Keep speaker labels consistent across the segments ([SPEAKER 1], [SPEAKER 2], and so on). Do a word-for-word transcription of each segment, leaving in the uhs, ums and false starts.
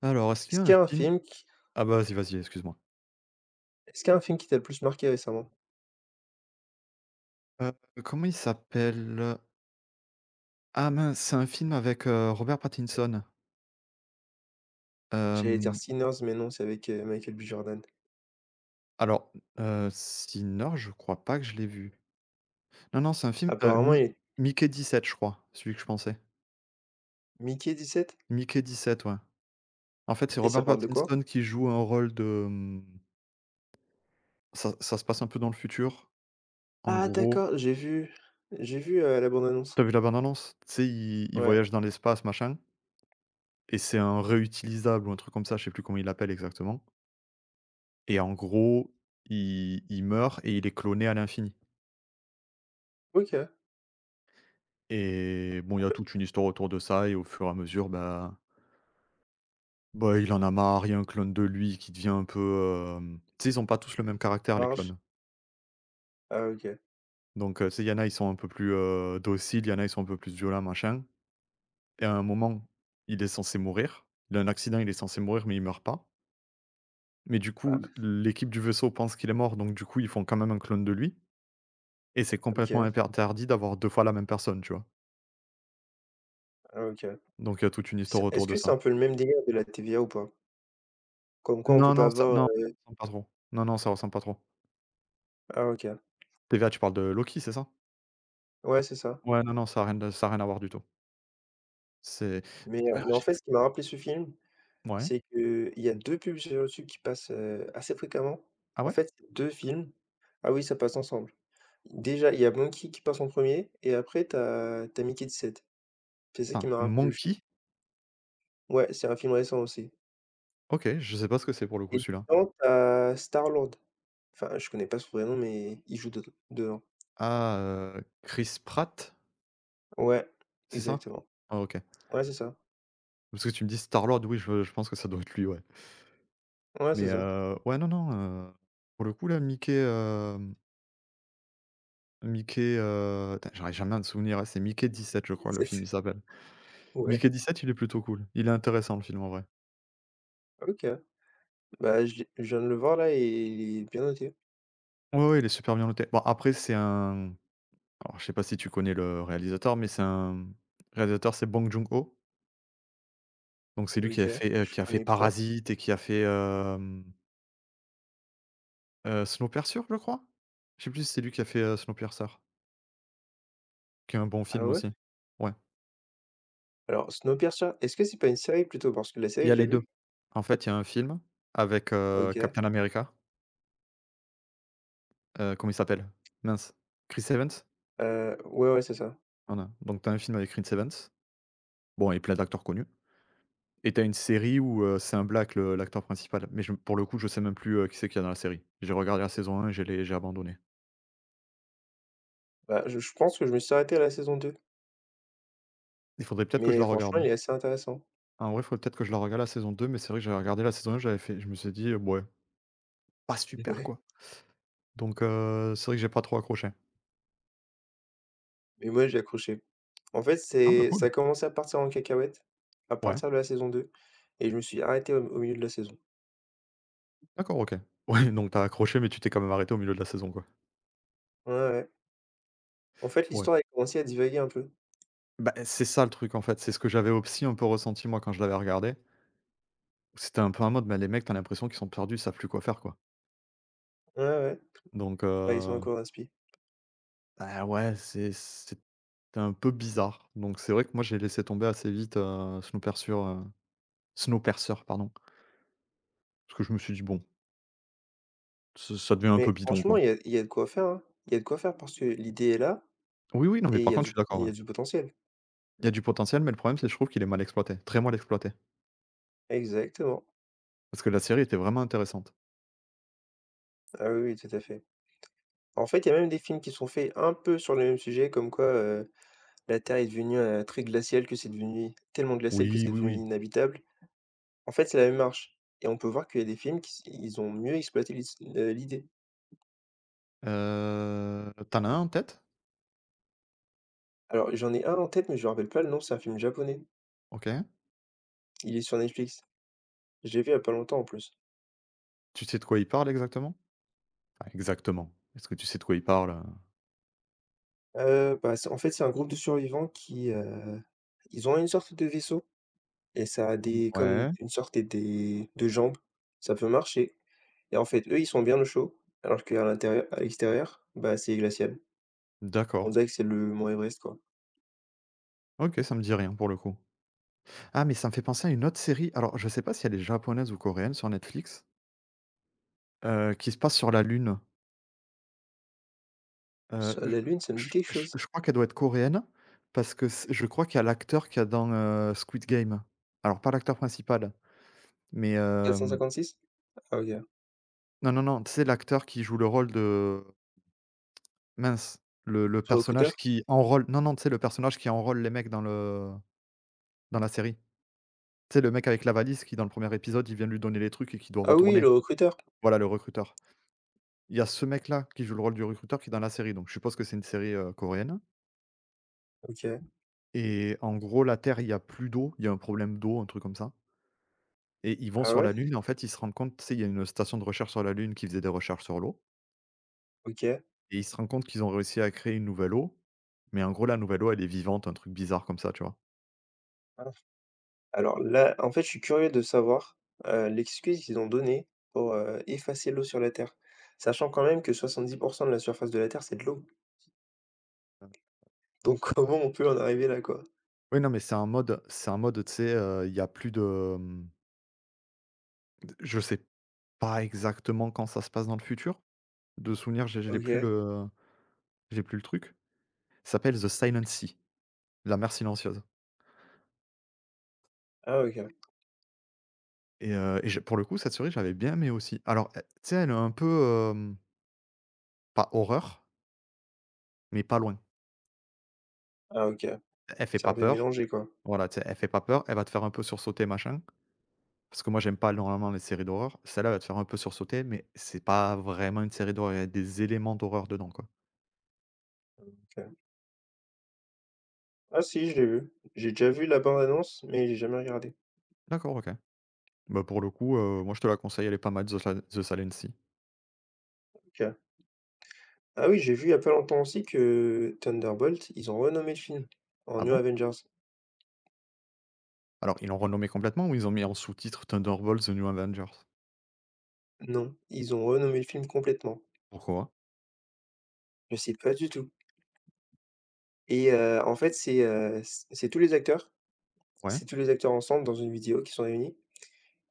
[SPEAKER 1] Alors, est-ce qu'il
[SPEAKER 2] Est-ce
[SPEAKER 1] y a
[SPEAKER 2] qu'il
[SPEAKER 1] un
[SPEAKER 2] y a un
[SPEAKER 1] film
[SPEAKER 2] film qui
[SPEAKER 1] ah bah, vas-y, vas-y, excuse-moi.
[SPEAKER 2] Est-ce qu'il y a un film qui t'a le plus marqué récemment?
[SPEAKER 1] Heu, Comment il s'appelle? Ah mince, c'est un film avec, heu, Robert Pattinson.
[SPEAKER 2] J'allais dire
[SPEAKER 1] Hem,
[SPEAKER 2] Sinners, mais non, c'est avec, heu, Michael B. Jordan.
[SPEAKER 1] alors, heu, Sinner, je crois pas que je l'ai vu. Non, non, c'est un film, heu,
[SPEAKER 2] Apparemment,
[SPEAKER 1] Mi
[SPEAKER 2] il est
[SPEAKER 1] Mickey dix-sept, je crois, celui que je pensais.
[SPEAKER 2] Mickey dix-sept?
[SPEAKER 1] Mickey Dix-sept, ouais. En fait, c'est
[SPEAKER 2] Et ça
[SPEAKER 1] Robert
[SPEAKER 2] parle de quoi?
[SPEAKER 1] Pattinson qui joue un rôle de, mmh, ça ça se passe un peu dans le futur. En
[SPEAKER 2] Ah
[SPEAKER 1] gros,
[SPEAKER 2] d'accord, j'ai vu j'ai vu, heu, la bande annonce.
[SPEAKER 1] t'as vu la bande annonce? Tu sais, il il
[SPEAKER 2] Ouais.
[SPEAKER 1] voyage dans l'espace, machin et c'est un réutilisable ou un truc comme ça, je sais plus comment il l'appelle exactement. Et en gros, il il meurt et il est cloné à l'infini.
[SPEAKER 2] OK,
[SPEAKER 1] Et bon, il y a toute une histoire autour de ça et au fur et à mesure, bah bah, il en a marre, il y a un clone de lui qui devient un peu, hem, tu sais, ils ont pas tous le même caractère les
[SPEAKER 2] marche.
[SPEAKER 1] clones.
[SPEAKER 2] Ah OK.
[SPEAKER 1] Donc, heu, tu sais, il y en a, ils sont un peu plus, heu, dociles, il y en a, ils sont un peu plus violents, machin et à un moment, il est censé mourir. Il a un accident, il est censé mourir, mais il meurt pas. Mais du coup,
[SPEAKER 2] Ah
[SPEAKER 1] l'équipe du vaisseau pense qu'il est mort, donc du coup, ils font quand même un clone de lui et c'est complètement
[SPEAKER 2] OK.
[SPEAKER 1] interdit d'avoir deux fois la même personne, tu vois?
[SPEAKER 2] Ah OK.
[SPEAKER 1] Donc il y a toute une histoire
[SPEAKER 2] C'est est-ce
[SPEAKER 1] autour de
[SPEAKER 2] que
[SPEAKER 1] ça.
[SPEAKER 2] c'est un peu le même délire de la T V A ou pas? Comme quoi on peut
[SPEAKER 1] Non,
[SPEAKER 2] pas
[SPEAKER 1] non, ça
[SPEAKER 2] avoir,
[SPEAKER 1] non,
[SPEAKER 2] heu
[SPEAKER 1] ça ressemble pas trop. Non, non, ça ressemble pas trop.
[SPEAKER 2] ah OK.
[SPEAKER 1] T V A, tu parles de Loki, c'est ça?
[SPEAKER 2] Ouais, c'est ça.
[SPEAKER 1] Ouais, non, non, ça a rien de ça a rien à voir du tout. C'est
[SPEAKER 2] Mais, heu,
[SPEAKER 1] alors
[SPEAKER 2] mais en
[SPEAKER 1] j'ai
[SPEAKER 2] fait, ce qui m'a rappelé ce film,
[SPEAKER 1] ouais.
[SPEAKER 2] c'est que il y a deux pubs sur YouTube qui passent, heu, assez fréquemment.
[SPEAKER 1] Ah
[SPEAKER 2] En
[SPEAKER 1] ouais?
[SPEAKER 2] fait, c'est deux films. Ah oui, ça passe ensemble. Déjà, il y a Monkey qui passe en premier et après t'as t'as tu as Mickey dix-sept. C'est ça qui
[SPEAKER 1] Attends,
[SPEAKER 2] m'a rappelé le film.
[SPEAKER 1] Monkey?
[SPEAKER 2] Ouais, c'est un film récent aussi
[SPEAKER 1] OK, je sais pas ce que c'est pour le coup
[SPEAKER 2] et
[SPEAKER 1] celui-là.
[SPEAKER 2] dedans, t'as Star-Lord. Enfin, je connais pas son vrai nom, mais il joue ded dedans.
[SPEAKER 1] Ah, heu, Chris Pratt,
[SPEAKER 2] Ouais,
[SPEAKER 1] c'est ça?
[SPEAKER 2] exactement.
[SPEAKER 1] Ah OK.
[SPEAKER 2] Ouais, c'est ça.
[SPEAKER 1] Parce que tu me dis Star-Lord, oui, je je pense que ça doit être lui, ouais.
[SPEAKER 2] Ouais, c'est
[SPEAKER 1] Mais
[SPEAKER 2] ça.
[SPEAKER 1] heu, ouais, non, non, heu, pour le coup là, Mickey, hem, Mickey, heu, tain, j'arrive jamais à me souvenir, hein, c'est Mickey dix-sept, je crois, le
[SPEAKER 2] C'est
[SPEAKER 1] film il s'appelle.
[SPEAKER 2] Ouais.
[SPEAKER 1] Mickey dix-sept, il est plutôt cool. Il est intéressant le film en vrai.
[SPEAKER 2] OK. Bah, je l'ai je viens de le voir là et il est bien noté.
[SPEAKER 1] Ouais, ouais, il est super bien noté. Bon après c'est un alors je sais pas si tu connais le réalisateur, mais c'est un réalisateur, c'est Bong Joon-ho, donc c'est lui qui
[SPEAKER 2] OK,
[SPEAKER 1] a fait, heu,
[SPEAKER 2] je
[SPEAKER 1] qui a fait
[SPEAKER 2] connais pas.
[SPEAKER 1] Parasite et qui a fait, hem, heu, Snowpiercer, je crois? Je sais plus si c'est lui qui a fait, heu, Snowpiercer, qui est un bon
[SPEAKER 2] Ah
[SPEAKER 1] film
[SPEAKER 2] ouais?
[SPEAKER 1] aussi. Ouais,
[SPEAKER 2] Alors, Snowpiercer, est-ce que c'est pas une série plutôt? Parce que la
[SPEAKER 1] il y
[SPEAKER 2] série,
[SPEAKER 1] a
[SPEAKER 2] j'ai
[SPEAKER 1] les deux.
[SPEAKER 2] vue.
[SPEAKER 1] En fait, il y a un film avec, heu,
[SPEAKER 2] OK.
[SPEAKER 1] Captain America, heu, comment il s'appelle? Mince, Chris Evans?
[SPEAKER 2] Heu, ouais, ouais, c'est ça.
[SPEAKER 1] Voilà, donc tu as un film avec Chris Evans, bon et plein d'acteurs connus. Et t'as une série où, heu, c'est un black le l'acteur principal, mais je pour le coup, je sais même plus, heu, qui c'est qu'il y a dans la série. J'ai regardé la saison un, et j'ai les j'ai abandonné.
[SPEAKER 2] Bah, je je pense que je me suis arrêté à la saison deux,
[SPEAKER 1] Il faudrait peut-être que je
[SPEAKER 2] mais
[SPEAKER 1] la
[SPEAKER 2] franchement,
[SPEAKER 1] regarde,
[SPEAKER 2] il
[SPEAKER 1] hein.
[SPEAKER 2] est assez intéressant.
[SPEAKER 1] En vrai, il faudrait peut-être que je la regarde la saison deux, mais c'est vrai que j'avais regardé la saison un, j'avais fait je me suis dit: «Heu, mouais, pas super,
[SPEAKER 2] Ouais,
[SPEAKER 1] quoi». Donc heu, c'est vrai que j'ai pas trop accroché.
[SPEAKER 2] mais moi, j'ai accroché. En fait,
[SPEAKER 1] Ah bah,
[SPEAKER 2] c'est ça
[SPEAKER 1] cool.
[SPEAKER 2] a commencé à partir en cacahuète à
[SPEAKER 1] Ouais.
[SPEAKER 2] partir de la saison deux et je me suis arrêté au au milieu de la saison.
[SPEAKER 1] D'accord, OK. Ouais, donc t'as accroché, mais tu t'es quand même arrêté au milieu de la saison, quoi.
[SPEAKER 2] Ouais, ouais. En fait,
[SPEAKER 1] Ouais.
[SPEAKER 2] l'histoire a commencé à divaguer un peu.
[SPEAKER 1] Bah, c'est ça le truc, en fait, c'est ce que j'avais aussi un peu ressenti, moi, quand je l'avais regardé. C'était un peu un mode, mais les mecs, t'as l'impression qu'ils sont perdus, ils savent plus quoi faire, quoi.
[SPEAKER 2] Ouais, ouais.
[SPEAKER 1] Donc
[SPEAKER 2] Ouais, ils sont à
[SPEAKER 1] heu
[SPEAKER 2] court d'inspi.
[SPEAKER 1] ah ouais, c'est c'est un peu bizarre. Donc c'est vrai que moi j'ai laissé tomber assez vite, heu, Snowpiercer heu, Snowpercer pardon, parce que je me suis dit: «Bon, ç ça devient un peu
[SPEAKER 2] Mais
[SPEAKER 1] bidon
[SPEAKER 2] franchement,
[SPEAKER 1] quoi».
[SPEAKER 2] il y a il y a de quoi faire, hein. Il y a de quoi faire parce que l'idée est là
[SPEAKER 1] Oui, oui, non, mais
[SPEAKER 2] et il
[SPEAKER 1] par
[SPEAKER 2] y a
[SPEAKER 1] contre je
[SPEAKER 2] du
[SPEAKER 1] suis d'accord,
[SPEAKER 2] il y
[SPEAKER 1] ouais.
[SPEAKER 2] a du potentiel.
[SPEAKER 1] Il y a du potentiel, mais le problème c'est que je trouve qu'il est mal exploité, très mal exploité.
[SPEAKER 2] Exactement.
[SPEAKER 1] Parce que la série était vraiment intéressante.
[SPEAKER 2] Ah oui, oui, tout à fait. En fait, il y a même des films qui sont faits un peu sur le même sujet, comme quoi, heu, la Terre est devenue, heu, très glaciale, que c'est devenu tellement glaciale que
[SPEAKER 1] Oui,
[SPEAKER 2] c'est
[SPEAKER 1] oui,
[SPEAKER 2] devenu
[SPEAKER 1] oui.
[SPEAKER 2] inhabitable. En fait, c'est la même marche et on peut voir qu'il y a des films qui s ils ont mieux exploité l'is le l'idée.
[SPEAKER 1] Heu, tu as un en tête?
[SPEAKER 2] Alors j'en ai un en tête, mais je me rappelle pas le nom, c'est un film japonais.
[SPEAKER 1] OK.
[SPEAKER 2] Il est sur Netflix. Je l'ai vu il y a pas longtemps en plus.
[SPEAKER 1] Tu sais de quoi il parle exactement? Enfin exactement. Est-ce que tu sais de quoi il parle, heu?
[SPEAKER 2] Heu, bah, c'est en fait, c'est un groupe de survivants qui, heu, ils ont une sorte de vaisseau et ça a des comme
[SPEAKER 1] Ouais,
[SPEAKER 2] une sorte des de jambes. Ça peut marcher. Et en fait, eux, ils sont bien au chaud, alors qu'à l'intérieur à l'extérieur, bah, c'est glacial. On
[SPEAKER 1] d'accord.
[SPEAKER 2] dirait que c'est le mont Everest, quoi.
[SPEAKER 1] OK, ça me dit rien pour le coup. Ah, mais ça me fait penser à une autre série. Alors, je sais pas si elle est japonaise ou coréenne sur Netflix, heu, qui se passe sur la Lune.
[SPEAKER 2] Sur
[SPEAKER 1] Heu,
[SPEAKER 2] la Lune, ça me dit
[SPEAKER 1] je
[SPEAKER 2] quelque
[SPEAKER 1] je je
[SPEAKER 2] chose.
[SPEAKER 1] je crois qu'elle doit être coréenne parce que c je crois qu'il y a l'acteur qu'il y a dans, heu, Squid Game. Alors pas l'acteur principal, mais hem,
[SPEAKER 2] quatre cent cinquante-six? Ah OK.
[SPEAKER 1] non, non, non, c'est l'acteur qui joue le rôle de mince, le le
[SPEAKER 2] Le
[SPEAKER 1] personnage
[SPEAKER 2] recruteur?
[SPEAKER 1] qui enrôle non, non, tu sais le personnage qui enrôle les mecs dans le dans la série. Tu sais le mec avec la valise qui dans le premier épisode, il vient lui donner les trucs et qui doit
[SPEAKER 2] Ah oui,
[SPEAKER 1] retourner.
[SPEAKER 2] le recruteur!
[SPEAKER 1] Voilà le recruteur. Il y a ce mec-là qui joue le rôle du recruteur qui est dans la série, donc je suppose que c'est une série, heu, coréenne
[SPEAKER 2] OK.
[SPEAKER 1] et en gros, la Terre, il y a plus d'eau, il y a un problème d'eau, un truc comme ça et ils vont
[SPEAKER 2] Ah
[SPEAKER 1] sur la
[SPEAKER 2] ouais?
[SPEAKER 1] Lune et en fait, ils se rendent compte, tu sais, il y a une station de recherche sur la Lune qui faisait des recherches sur l'eau
[SPEAKER 2] OK.
[SPEAKER 1] et ils se rendent compte qu'ils ont réussi à créer une nouvelle eau, mais en gros, la nouvelle eau, elle est vivante, un truc bizarre comme ça, tu vois?
[SPEAKER 2] Alors là, en fait, je suis curieux de savoir, heu, l'excuse qu'ils ont donnée pour, heu, effacer l'eau sur la Terre, sachant quand même que soixante-dix pour cent de la surface de la Terre, c'est de l'eau. Donc comment on peut en arriver là, quoi?
[SPEAKER 1] Oui, non, mais c'est un mode c'est un mode, tu sais, heu, il y a plus de, hem, je sais pas exactement quand ça se passe dans le futur. De souvenir, j'ai j'ai plus
[SPEAKER 2] OK.
[SPEAKER 1] le j'ai plus le truc. Ça s'appelle The Silent Sea, la mer silencieuse
[SPEAKER 2] Ah OK.
[SPEAKER 1] et heu et j'ai pour le coup, cette série, j'avais bien aimé aussi. Alors, elle tu sais, elle est un peu, hem, pas horreur, mais pas loin.
[SPEAKER 2] Ah OK.
[SPEAKER 1] Elle fait
[SPEAKER 2] C'est un
[SPEAKER 1] pas
[SPEAKER 2] peu
[SPEAKER 1] peur,
[SPEAKER 2] mélangé, quoi.
[SPEAKER 1] voilà, tu sais, elle fait pas peur, elle va te faire un peu sursauter, machin, parce que moi, j'aime pas normalement les séries d'horreur. Celle-là, elle va te faire un peu sursauter, mais c'est pas vraiment une série d'horreur, il y a des éléments d'horreur dedans, quoi.
[SPEAKER 2] OK. Ah si, je l'ai vu. J'ai déjà vu la bande annonce, mais j'ai jamais regardé.
[SPEAKER 1] D'accord, OK. Bah, pour le coup, heu, moi je te la conseille, elle est pas mal The Sil The Silent Sea.
[SPEAKER 2] OK. Ah oui, j'ai vu il y a pas longtemps aussi que Thunderbolt, ils ont renommé le film en
[SPEAKER 1] Ah
[SPEAKER 2] New
[SPEAKER 1] bon?
[SPEAKER 2] Avengers.
[SPEAKER 1] Alors ils l'ont renommé complètement ou ils ont mis en sous-titre Thunderbolts: The New Avengers?
[SPEAKER 2] Non, ils ont renommé le film complètement.
[SPEAKER 1] Pourquoi?
[SPEAKER 2] Je sais pas du tout et heu, en fait, c'est, heu, c c'est tous les acteurs.
[SPEAKER 1] Ouais,
[SPEAKER 2] C'est tous les acteurs ensemble dans une vidéo qui sont réunis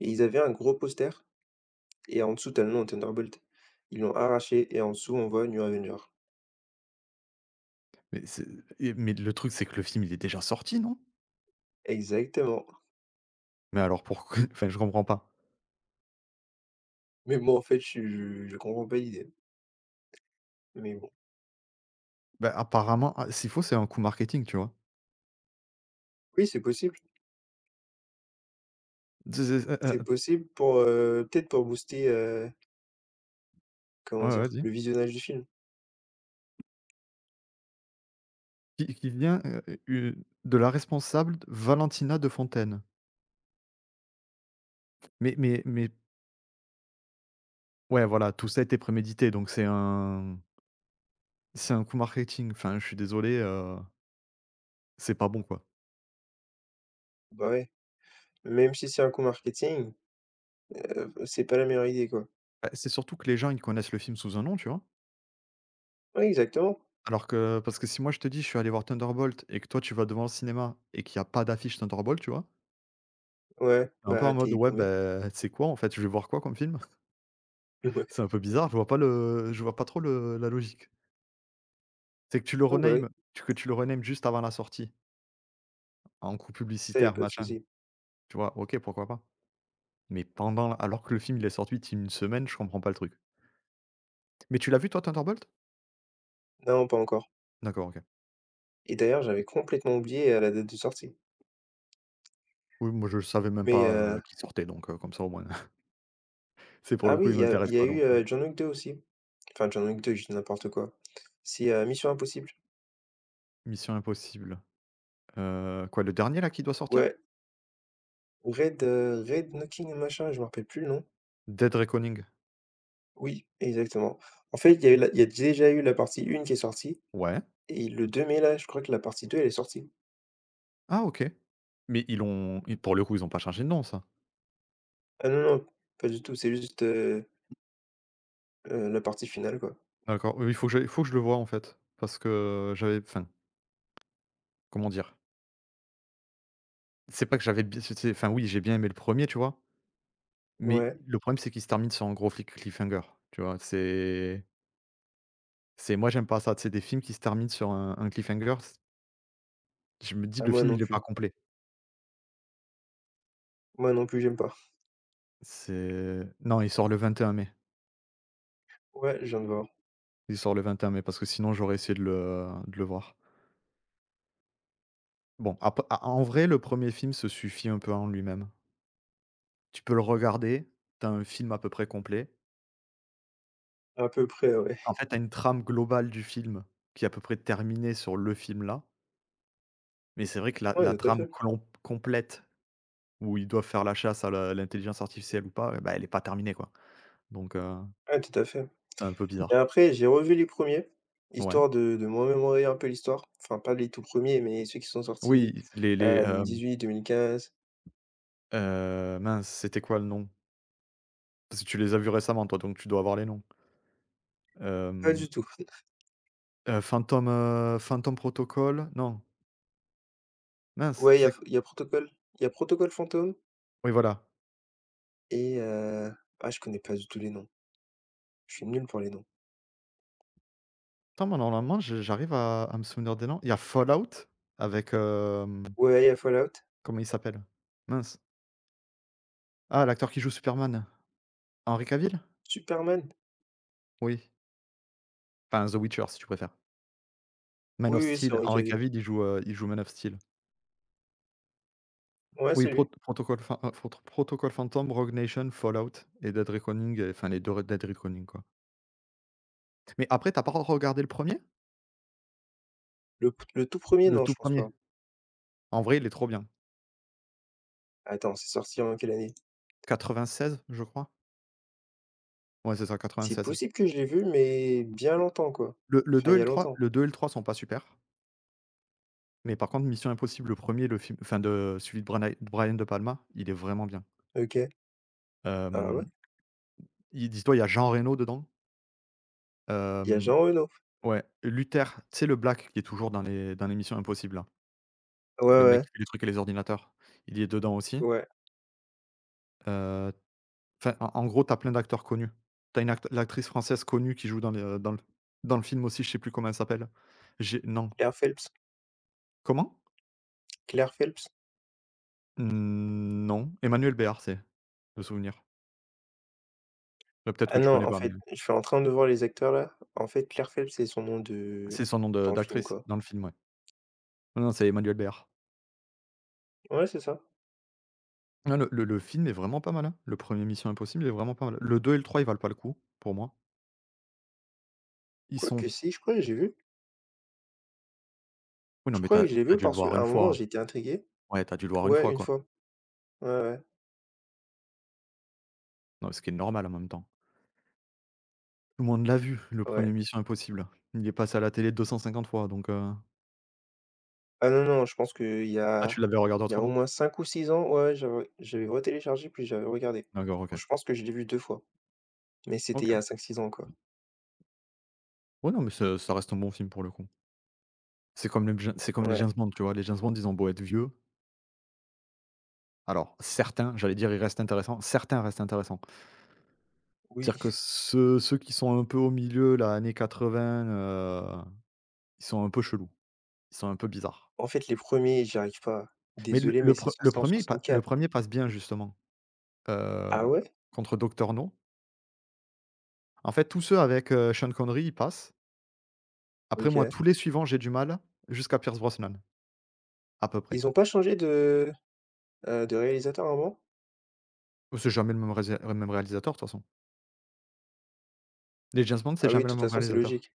[SPEAKER 2] et ils avaient un gros poster et en dessous, tu le nom de Thunderbolt. Ils l'ont arraché et en dessous, on voit New Avenger.
[SPEAKER 1] mais c'est et mais le truc c'est que le film il est déjà sorti, non?
[SPEAKER 2] Exactement.
[SPEAKER 1] Mais alors pourquoi enfin je comprends pas.
[SPEAKER 2] Mais moi, en fait, je je je comprends pas l'idée. Mais bon.
[SPEAKER 1] Bah, apparemment, ah s'il faut c'est un coup marketing, tu vois?
[SPEAKER 2] Oui, c'est possible.
[SPEAKER 1] C'est c'est heu,
[SPEAKER 2] C'est
[SPEAKER 1] heu,
[SPEAKER 2] possible pour, heu, peut-être pour booster, heu,
[SPEAKER 1] ouais,
[SPEAKER 2] comment
[SPEAKER 1] ouais,
[SPEAKER 2] dire?
[SPEAKER 1] dis.
[SPEAKER 2] Le visionnage du film.
[SPEAKER 1] Qui qui vient, heu, u de la responsable Valentina de Fontaine. Mais mais mais ouais voilà, tout ça a été prémédité donc c'est un c'est un coup marketing. Enfin je suis désolé, heu, c'est pas bon, quoi.
[SPEAKER 2] Bah, ouais. Même si c'est un coup marketing, heu, c'est pas la meilleure idée, quoi.
[SPEAKER 1] Bah, c'est surtout que les gens, ils connaissent le film sous un nom, tu vois?
[SPEAKER 2] Ouais, exactement.
[SPEAKER 1] Alors que parce que si moi je te dis: «Je suis allé voir Thunderbolt» et que toi tu vas devant le cinéma et qu'il y a pas d'affiche Thunderbolt, tu vois?
[SPEAKER 2] Ouais,
[SPEAKER 1] Tu un peu
[SPEAKER 2] bah,
[SPEAKER 1] en
[SPEAKER 2] tu
[SPEAKER 1] mode:
[SPEAKER 2] es
[SPEAKER 1] «Ouais,
[SPEAKER 2] paumé.
[SPEAKER 1] ben c'est quoi en fait? Je vais voir quoi comme film?»
[SPEAKER 2] Ouais.
[SPEAKER 1] c'est un peu bizarre, je vois pas le je vois pas trop le la logique. C'est que tu le
[SPEAKER 2] Ouais, bah, oui,
[SPEAKER 1] renames tu que tu le renames juste avant la sortie, en coup
[SPEAKER 2] ça, il y a
[SPEAKER 1] publicitaire,
[SPEAKER 2] pas de
[SPEAKER 1] machin,
[SPEAKER 2] souci.
[SPEAKER 1] tu vois? OK, pourquoi pas. Mais pendant alors que le film, il est sorti depuis une semaine, je comprends pas le truc. Mais tu l'as vu toi Thunderbolt?
[SPEAKER 2] Non, pas encore
[SPEAKER 1] D'accord, OK.
[SPEAKER 2] et d'ailleurs, j'avais complètement oublié, heu, la date de sortie.
[SPEAKER 1] Oui, moi je savais même
[SPEAKER 2] Mais,
[SPEAKER 1] pas, heu,
[SPEAKER 2] heu,
[SPEAKER 1] qu'il sortait donc, heu, comme ça au moins c'est pour
[SPEAKER 2] ah
[SPEAKER 1] le
[SPEAKER 2] oui,
[SPEAKER 1] coup, il
[SPEAKER 2] il y a il
[SPEAKER 1] m'intéresse
[SPEAKER 2] y a
[SPEAKER 1] pas
[SPEAKER 2] eu,
[SPEAKER 1] donc
[SPEAKER 2] heu, John Wick deux aussi. Enfin, John Wick deux, je dis n'importe quoi. C'est, heu, Mission Impossible.
[SPEAKER 1] Mission Impossible. Heu, quoi, le dernier là qui doit sortir?
[SPEAKER 2] Ouais, Red, heu, Red Knocking machin, je me rappelle plus le nom.
[SPEAKER 1] Dead Reckoning?
[SPEAKER 2] Oui, exactement. En fait, il y a eu la il y a déjà eu la partie un qui est sortie
[SPEAKER 1] Ouais.
[SPEAKER 2] et le deux mai, là, je crois que la partie deux elle est sortie.
[SPEAKER 1] Ah OK. Mais ils l'ont ils pour le coup, ils ont pas changé de nom, ça?
[SPEAKER 2] Ah non, non, pas du tout, c'est juste, heu Heu, la partie finale, quoi.
[SPEAKER 1] D'accord, oui, il faut que j'aille il faut que je le voie en fait, parce que j'avais enfin, comment dire? C'est pas que j'avais bien c'est c'est enfin oui, j'ai bien aimé le premier, tu vois? Mais
[SPEAKER 2] Ouais.
[SPEAKER 1] le problème, c'est qu'il se termine sur un gros flic cliffhanger, tu vois? C'est c'est moi, j'aime pas ça, c'est des films qui se terminent sur un un cliffhanger, c je me dis:
[SPEAKER 2] Ah
[SPEAKER 1] «Le
[SPEAKER 2] moi
[SPEAKER 1] film,
[SPEAKER 2] non
[SPEAKER 1] il est pas
[SPEAKER 2] plus.
[SPEAKER 1] complet».
[SPEAKER 2] Moi non plus, j'aime pas.
[SPEAKER 1] C'est non, il sort le vingt et un mai.
[SPEAKER 2] Ouais, je viens de voir.
[SPEAKER 1] Il sort le vingt et un mai, parce que sinon j'aurais essayé de le de le voir. Bon, ap a en vrai, le premier film se suffit un peu en lui-même. Tu peux le regarder, t'as un film à peu près complet.
[SPEAKER 2] À peu près, ouais.
[SPEAKER 1] En fait, t'as une trame globale du film qui est à peu près terminée sur le film-là, mais c'est vrai que la la
[SPEAKER 2] Ouais, tout à
[SPEAKER 1] trame
[SPEAKER 2] fait.
[SPEAKER 1] clom complète où ils doivent faire la chasse à la l'intelligence artificielle ou pas, eh bah, elle est pas terminée, quoi. Donc heu,
[SPEAKER 2] Ouais, tout à fait.
[SPEAKER 1] c'est un peu
[SPEAKER 2] Et
[SPEAKER 1] bizarre.
[SPEAKER 2] après, j'ai revu les premiers
[SPEAKER 1] Ouais.
[SPEAKER 2] histoire de de me remémorer un peu l'histoire. Enfin, pas les tout premiers mais ceux qui sont sortis,
[SPEAKER 1] Oui, les les,
[SPEAKER 2] heu,
[SPEAKER 1] hem,
[SPEAKER 2] deux mille dix-huit-deux mille quinze.
[SPEAKER 1] heu, mince, c'était quoi le nom? Parce que tu les as vus récemment toi, donc tu dois avoir les noms.
[SPEAKER 2] Pas
[SPEAKER 1] Hem,
[SPEAKER 2] du tout.
[SPEAKER 1] heu, Phantom, heu, Phantom Protocol? Non, mince,
[SPEAKER 2] Ouais, il y a F
[SPEAKER 1] c'est
[SPEAKER 2] il y a Protocol il y a Protocol Fantôme
[SPEAKER 1] Oui, voilà.
[SPEAKER 2] et heu, ah, je connais pas du tout les noms. Je suis nul pour les noms.
[SPEAKER 1] Attends, moi, normalement, je j'arrive à à me souvenir des noms. Il y a Fallout avec, hem,
[SPEAKER 2] Ouais, il y a Fallout.
[SPEAKER 1] comment il s'appelle? Mince. Ah, l'acteur qui joue Superman. Henry Cavill?
[SPEAKER 2] Superman?
[SPEAKER 1] Oui. Enfin, The Witcher, si tu préfères. Man
[SPEAKER 2] Oui,
[SPEAKER 1] of
[SPEAKER 2] oui, c'est
[SPEAKER 1] Steel,
[SPEAKER 2] Henry
[SPEAKER 1] Henry
[SPEAKER 2] Cavill.
[SPEAKER 1] Cavill, il joue, heu, il joue Man of Steel.
[SPEAKER 2] Ouais,
[SPEAKER 1] Oui,
[SPEAKER 2] c'est lui.
[SPEAKER 1] Prot Protocol Phan heu, Prot Protocol Phantom, Rogue Nation, Fallout et Dead Reckoning, et enfin les deux Re Dead Reckoning, quoi. Mais après, t'as pas regardé le premier
[SPEAKER 2] Le p le tout premier
[SPEAKER 1] Le
[SPEAKER 2] non,
[SPEAKER 1] tout
[SPEAKER 2] je pense pas.
[SPEAKER 1] premier. En vrai, il est trop bien.
[SPEAKER 2] Attends, c'est sorti en quelle année?
[SPEAKER 1] quatre-vingt-seize, je crois? Ouais, c'est ça,
[SPEAKER 2] C'est
[SPEAKER 1] quatre-vingt-seize.
[SPEAKER 2] possible que je l'ai vu, mais bien longtemps, quoi.
[SPEAKER 1] Le le
[SPEAKER 2] Enfin,
[SPEAKER 1] deux
[SPEAKER 2] il
[SPEAKER 1] et
[SPEAKER 2] y a
[SPEAKER 1] le trois
[SPEAKER 2] longtemps.
[SPEAKER 1] le deux et le trois sont pas super. Mais par contre, Mission Impossible, le premier, le film enfin de celui de Brana de Brian De Palma, il est vraiment bien.
[SPEAKER 2] OK. Ah ouais?
[SPEAKER 1] Hem, il Dis-toi, il y a Jean Reno dedans.
[SPEAKER 2] Il y a
[SPEAKER 1] Hem,
[SPEAKER 2] Jean Reno.
[SPEAKER 1] ouais, Luther, tu sais le black qui est toujours dans les dans les Missions Impossibles là,
[SPEAKER 2] Ouais,
[SPEAKER 1] le mec
[SPEAKER 2] ouais,
[SPEAKER 1] qui fait les trucs et les ordinateurs, il y est dedans aussi.
[SPEAKER 2] ouais.
[SPEAKER 1] Heu, enfin, en en gros, t'as plein d'acteurs connus. T'as une act L'actrice française connue qui joue dans le dans le dans le film aussi, je sais plus comment elle s'appelle. J'ai non.
[SPEAKER 2] Claire Phelps.
[SPEAKER 1] Comment?
[SPEAKER 2] Claire Phelps.
[SPEAKER 1] Mmh, non, Emmanuel Béard, c'est, de souvenir. Bah, peut-être
[SPEAKER 2] Ah
[SPEAKER 1] que tu
[SPEAKER 2] non,
[SPEAKER 1] connais
[SPEAKER 2] en
[SPEAKER 1] pas, mais
[SPEAKER 2] fait, je suis en train de voir les acteurs là. En fait, Claire Phelps, c'est son nom de
[SPEAKER 1] c'est son nom de
[SPEAKER 2] dans le film,
[SPEAKER 1] d'actrice
[SPEAKER 2] quoi.
[SPEAKER 1] dans le film, ouais. Non, non, c'est Emmanuel Béard.
[SPEAKER 2] Ouais, c'est ça.
[SPEAKER 1] Non, le le le film est vraiment pas mal, hein. Le premier Mission Impossible est vraiment pas mal. Le deux et le trois, ils valent pas le coup, pour moi. Ils sont
[SPEAKER 2] Quoique si, je crois que j'ai vu.
[SPEAKER 1] oui, non,
[SPEAKER 2] Je
[SPEAKER 1] mais
[SPEAKER 2] crois que
[SPEAKER 1] t'as
[SPEAKER 2] je l'ai
[SPEAKER 1] as
[SPEAKER 2] vu
[SPEAKER 1] dû le
[SPEAKER 2] parce
[SPEAKER 1] voir
[SPEAKER 2] qu'à
[SPEAKER 1] une
[SPEAKER 2] un moment,
[SPEAKER 1] fois.
[SPEAKER 2] j'ai été intrigué.
[SPEAKER 1] Ouais, t'as dû le voir une
[SPEAKER 2] Ouais,
[SPEAKER 1] fois,
[SPEAKER 2] une
[SPEAKER 1] quoi.
[SPEAKER 2] fois. Ouais, ouais,
[SPEAKER 1] Non, ce qui est normal, en même temps. Tout le monde l'a vu, le
[SPEAKER 2] ouais.
[SPEAKER 1] premier Mission Impossible. Il est passé à la télé deux cent cinquante fois, donc heu
[SPEAKER 2] Ah non, non, je pense qu'il y
[SPEAKER 1] ah,
[SPEAKER 2] a
[SPEAKER 1] tu l'avais regardé
[SPEAKER 2] il y a au
[SPEAKER 1] autrement?
[SPEAKER 2] moins cinq ou six ans, ouais, j'avais j'avais retéléchargé puis j'avais regardé.
[SPEAKER 1] D'accord, OK.
[SPEAKER 2] Donc je pense que je l'ai vu deux fois, mais c'était il y
[SPEAKER 1] OK.
[SPEAKER 2] a cinq six ans, quoi.
[SPEAKER 1] Ouais, non, mais ça ça reste un bon film, pour le coup. C'est comme les James c'est comme les
[SPEAKER 2] Ouais,
[SPEAKER 1] James Bond, tu vois? Les James Bond, ils ont beau être vieux alors certains, j'allais dire, ils restent intéressants. Certains restent intéressants.
[SPEAKER 2] oui.
[SPEAKER 1] C'est-à-dire que ceux ceux qui sont un peu au milieu là, années quatre-vingt, heu, ils sont un peu chelous, ils sont un peu bizarres.
[SPEAKER 2] En fait, les premiers, ers j'y arrive pas.
[SPEAKER 1] Mais le
[SPEAKER 2] Désolé, mais
[SPEAKER 1] le
[SPEAKER 2] c'est
[SPEAKER 1] pre le
[SPEAKER 2] sorti en
[SPEAKER 1] premier il pa le
[SPEAKER 2] soixante-quatre.
[SPEAKER 1] un passe bien justement, heu,
[SPEAKER 2] Ah ouais?
[SPEAKER 1] contre Docteur No. En fait, tous ceux avec, heu, Sean Connery, ils passent. Après moi,
[SPEAKER 2] OK.
[SPEAKER 1] tous les suivants, j'ai du mal jusqu'à Pierce Brosnan, à peu près.
[SPEAKER 2] Ils ont pas changé de, heu, de réalisateur avant.
[SPEAKER 1] C'est jamais le même résa le même réalisateur de toute façon. Les James Bond, c'est
[SPEAKER 2] Ah oui, de
[SPEAKER 1] jamais le
[SPEAKER 2] toute
[SPEAKER 1] même
[SPEAKER 2] façon, c'est
[SPEAKER 1] réalisateur.
[SPEAKER 2] logique,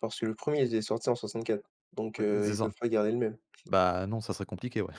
[SPEAKER 2] parce que le premier, il est sorti en soixante-quatre, donc
[SPEAKER 1] Ouais,
[SPEAKER 2] heu,
[SPEAKER 1] c'est
[SPEAKER 2] ils
[SPEAKER 1] ça.
[SPEAKER 2] peuvent pas garder le même.
[SPEAKER 1] Bah non, ça serait compliqué, ouais.